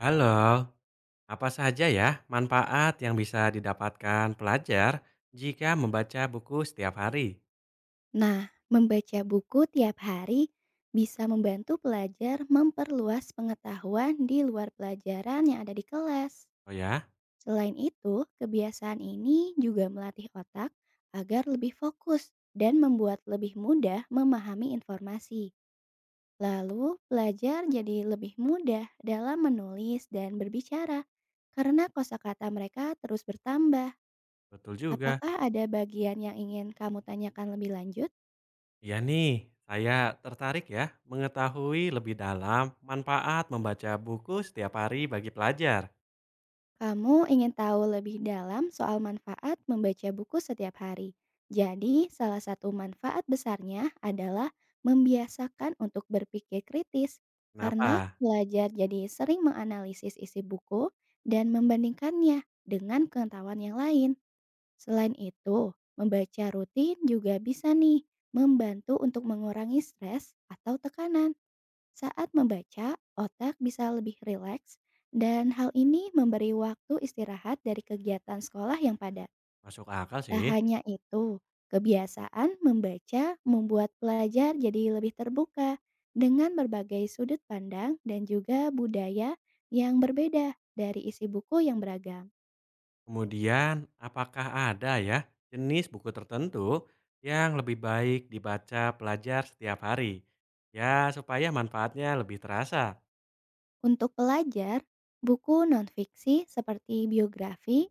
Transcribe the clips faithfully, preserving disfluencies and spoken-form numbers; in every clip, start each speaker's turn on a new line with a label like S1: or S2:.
S1: Halo, apa saja ya manfaat yang bisa didapatkan pelajar jika membaca buku setiap hari?
S2: Nah, membaca buku tiap hari bisa membantu pelajar memperluas pengetahuan di luar pelajaran yang ada di kelas.
S1: Oh ya,
S2: Selain itu, kebiasaan ini juga melatih otak agar lebih fokus dan membuat lebih mudah memahami informasi. Lalu, pelajar jadi lebih mudah dalam menulis dan berbicara karena kosakata mereka terus bertambah.
S1: betul juga.
S2: Apakah ada bagian yang ingin kamu tanyakan lebih lanjut?
S1: Iya nih, saya tertarik ya mengetahui lebih dalam manfaat membaca buku setiap hari bagi pelajar.
S2: Kamu ingin tahu lebih dalam soal manfaat membaca buku setiap hari. Jadi, salah satu manfaat besarnya adalah membiasakan untuk berpikir kritis karena
S1: Kenapa?
S2: belajar jadi sering menganalisis isi buku dan membandingkannya dengan pengetahuan yang lain. Selain itu, membaca rutin juga bisa nih membantu untuk mengurangi stres atau tekanan. Saat membaca, otak bisa lebih rileks dan hal ini memberi waktu istirahat dari kegiatan sekolah yang padat.
S1: Masuk akal
S2: Tak
S1: sih.
S2: hanya itu, kebiasaan membaca membuat pelajar jadi lebih terbuka dengan berbagai sudut pandang dan juga budaya yang berbeda dari isi buku yang beragam.
S1: Kemudian, apakah ada ya jenis buku tertentu yang lebih baik dibaca pelajar setiap hari? Ya, supaya manfaatnya lebih terasa.
S2: Untuk pelajar, buku nonfiksi seperti biografi,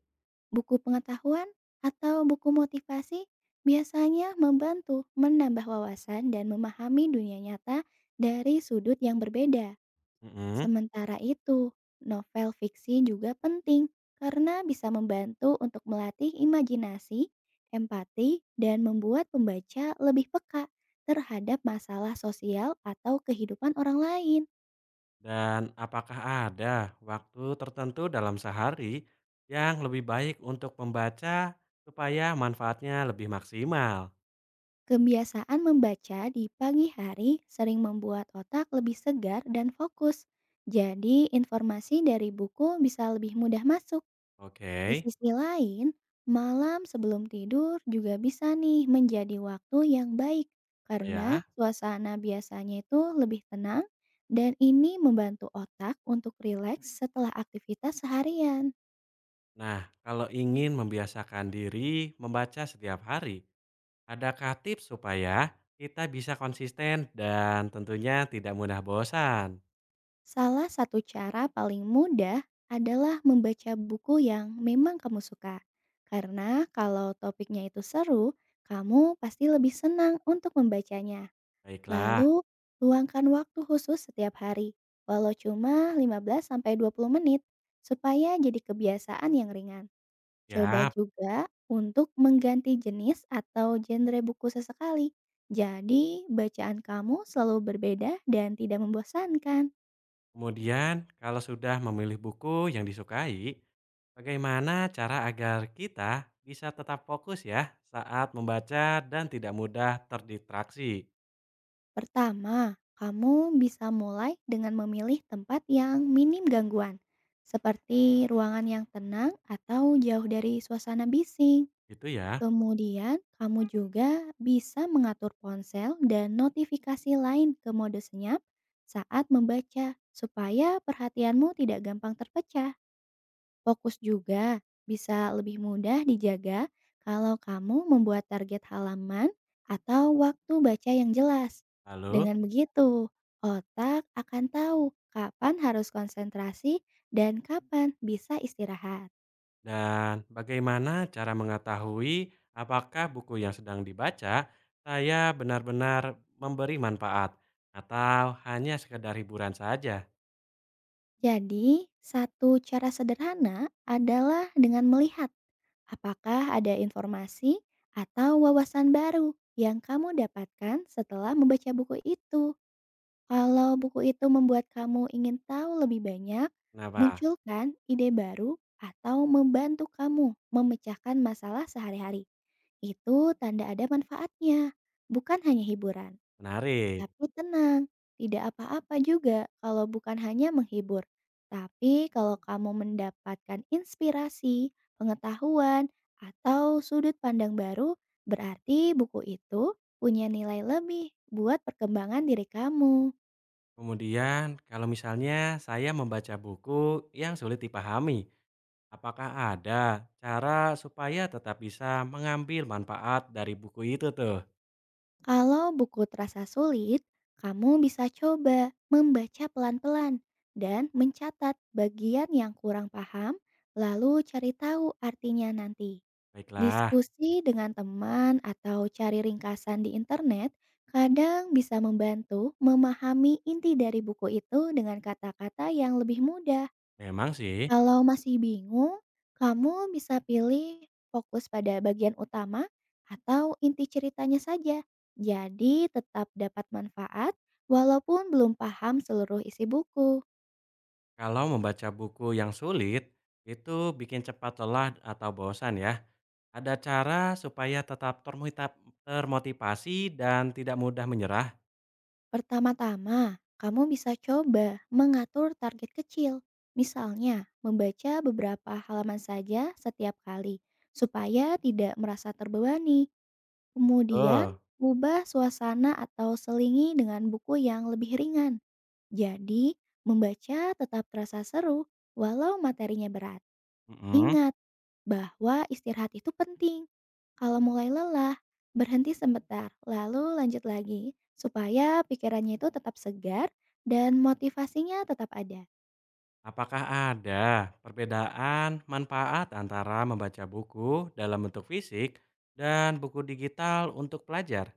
S2: buku pengetahuan atau buku motivasi biasanya membantu menambah wawasan dan memahami dunia nyata dari sudut yang berbeda.
S1: Mm-mm.
S2: Sementara itu, novel fiksi juga penting karena bisa membantu untuk melatih imajinasi, empati, dan membuat pembaca lebih peka terhadap masalah sosial atau kehidupan orang lain.
S1: Dan apakah ada waktu tertentu dalam sehari yang lebih baik untuk membaca supaya manfaatnya lebih maksimal?
S2: Kebiasaan membaca di pagi hari sering membuat otak lebih segar dan fokus. Jadi, informasi dari buku bisa lebih mudah masuk. Di
S1: Oke,
S2: sisi lain, malam sebelum tidur juga bisa nih menjadi waktu yang baik karena
S1: ya.
S2: suasana biasanya itu lebih tenang dan ini membantu otak untuk rileks setelah aktivitas seharian.
S1: Nah, kalau ingin membiasakan diri membaca setiap hari, adakah tips supaya kita bisa konsisten dan tentunya tidak mudah bosan?
S2: Salah satu cara paling mudah adalah membaca buku yang memang kamu suka. Karena kalau topiknya itu seru, kamu pasti lebih senang untuk membacanya.
S1: Baiklah,
S2: Lalu, luangkan waktu khusus setiap hari, walau cuma lima belas sampai dua puluh menit, supaya jadi kebiasaan yang ringan. Coba
S1: ya.
S2: juga untuk mengganti jenis atau genre buku sesekali. Jadi, bacaan kamu selalu berbeda dan tidak membosankan.
S1: Kemudian, kalau sudah memilih buku yang disukai, bagaimana cara agar kita bisa tetap fokus ya saat membaca dan tidak mudah terdistraksi?
S2: Pertama, kamu bisa mulai dengan memilih tempat yang minim gangguan, seperti ruangan yang tenang atau jauh dari suasana bising.
S1: Itu ya.
S2: Kemudian, kamu juga bisa mengatur ponsel dan notifikasi lain ke mode senyap saat membaca, supaya perhatianmu tidak gampang terpecah. Fokus juga bisa lebih mudah dijaga kalau kamu membuat target halaman atau waktu baca yang jelas.
S1: Lalu,
S2: Dengan begitu, otak akan tahu kapan harus konsentrasi dan kapan bisa istirahat.
S1: dan bagaimana cara mengetahui apakah buku yang sedang dibaca saya benar-benar memberi manfaat atau hanya sekedar hiburan saja?
S2: Jadi, satu cara sederhana adalah dengan melihat apakah ada informasi atau wawasan baru yang kamu dapatkan setelah membaca buku itu. Kalau buku itu membuat kamu ingin tahu lebih banyak,
S1: Kenapa?
S2: munculkan ide baru atau membantu kamu memecahkan masalah sehari-hari. Itu tanda ada manfaatnya, bukan hanya hiburan.
S1: Menarik.
S2: Tapi tenang, tidak apa-apa juga kalau bukan hanya menghibur. Tapi kalau kamu mendapatkan inspirasi, pengetahuan, atau sudut pandang baru, berarti buku itu punya nilai lebih buat perkembangan diri kamu.
S1: Kemudian, kalau misalnya saya membaca buku yang sulit dipahami, apakah ada cara supaya tetap bisa mengambil manfaat dari buku itu tuh?
S2: Kalau buku terasa sulit, kamu bisa coba membaca pelan-pelan dan mencatat bagian yang kurang paham, lalu cari tahu artinya nanti.
S1: Baiklah,
S2: Diskusi dengan teman atau cari ringkasan di internet kadang bisa membantu memahami inti dari buku itu dengan kata-kata yang lebih mudah.
S1: memang sih
S2: Kalau masih bingung, kamu bisa pilih fokus pada bagian utama atau inti ceritanya saja. Jadi tetap dapat manfaat walaupun belum paham seluruh isi buku.
S1: kalau membaca buku yang sulit itu bikin cepat lelah atau bosan ya. Ada cara supaya tetap termotiva- termotivasi dan tidak mudah menyerah?
S2: Pertama-tama, kamu bisa coba mengatur target kecil. Misalnya, membaca beberapa halaman saja setiap kali supaya tidak merasa terbebani. Kemudian,
S1: Betul.
S2: ubah suasana atau selingi dengan buku yang lebih ringan. Jadi, membaca tetap terasa seru walau materinya berat.
S1: Mm-mm.
S2: Ingat bahwa istirahat itu penting. Kalau mulai lelah, berhenti sebentar, lalu lanjut lagi supaya pikirannya itu tetap segar dan motivasinya tetap ada.
S1: Apakah ada perbedaan manfaat antara membaca buku dalam bentuk fisik dan buku digital untuk pelajar?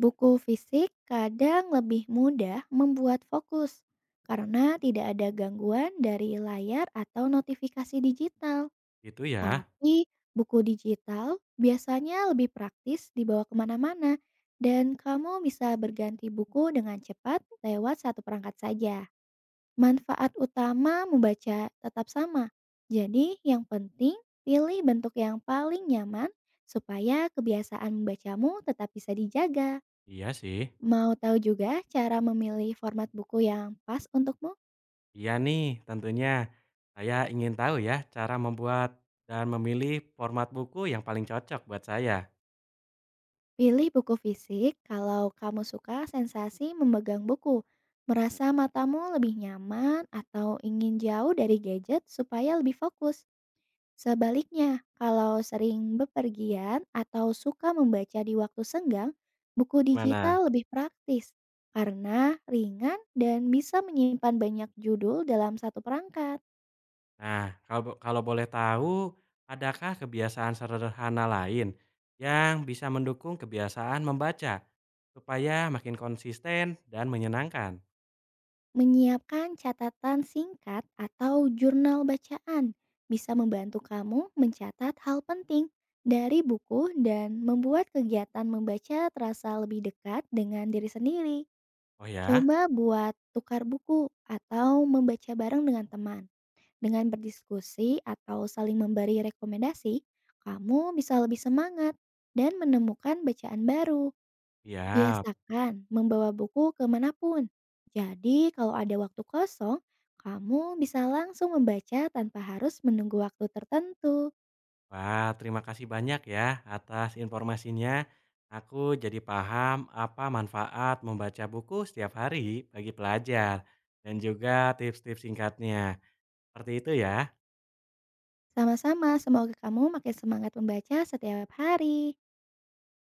S2: Buku fisik kadang lebih mudah membuat fokus karena tidak ada gangguan dari layar atau notifikasi digital.
S1: Gitu ya.
S2: Tapi buku digital biasanya lebih praktis dibawa kemana-mana dan kamu bisa berganti buku dengan cepat lewat satu perangkat saja. Manfaat utama membaca tetap sama. Jadi yang penting pilih bentuk yang paling nyaman supaya kebiasaan membacamu tetap bisa dijaga.
S1: Iya sih.
S2: Mau tahu juga cara memilih format buku yang pas untukmu?
S1: Iya nih, tentunya. Saya ingin tahu ya cara membuat dan memilih format buku yang paling cocok buat saya.
S2: Pilih buku fisik kalau kamu suka sensasi memegang buku, merasa matamu lebih nyaman, atau ingin jauh dari gadget supaya lebih fokus. Sebaliknya, kalau sering bepergian atau suka membaca di waktu senggang, buku digital
S1: Gimana?
S2: lebih praktis karena ringan dan bisa menyimpan banyak judul dalam satu perangkat.
S1: Nah, kalau bo- kalau boleh tahu, adakah kebiasaan sederhana lain yang bisa mendukung kebiasaan membaca supaya makin konsisten dan menyenangkan?
S2: Menyiapkan catatan singkat atau jurnal bacaan bisa membantu kamu mencatat hal penting dari buku dan membuat kegiatan membaca terasa lebih dekat dengan diri sendiri.
S1: Oh ya,
S2: Coba buat tukar buku atau membaca bareng dengan teman. Dengan berdiskusi atau saling memberi rekomendasi, kamu bisa lebih semangat dan menemukan bacaan baru.
S1: iya.
S2: Biasakan membawa buku kemanapun. Jadi, kalau ada waktu kosong, kamu bisa langsung membaca tanpa harus menunggu waktu tertentu.
S1: Wah, terima kasih banyak ya atas informasinya. Aku jadi paham apa manfaat membaca buku setiap hari bagi pelajar dan juga tips-tips singkatnya. Seperti itu ya.
S2: Sama-sama, semoga kamu makin semangat membaca setiap hari.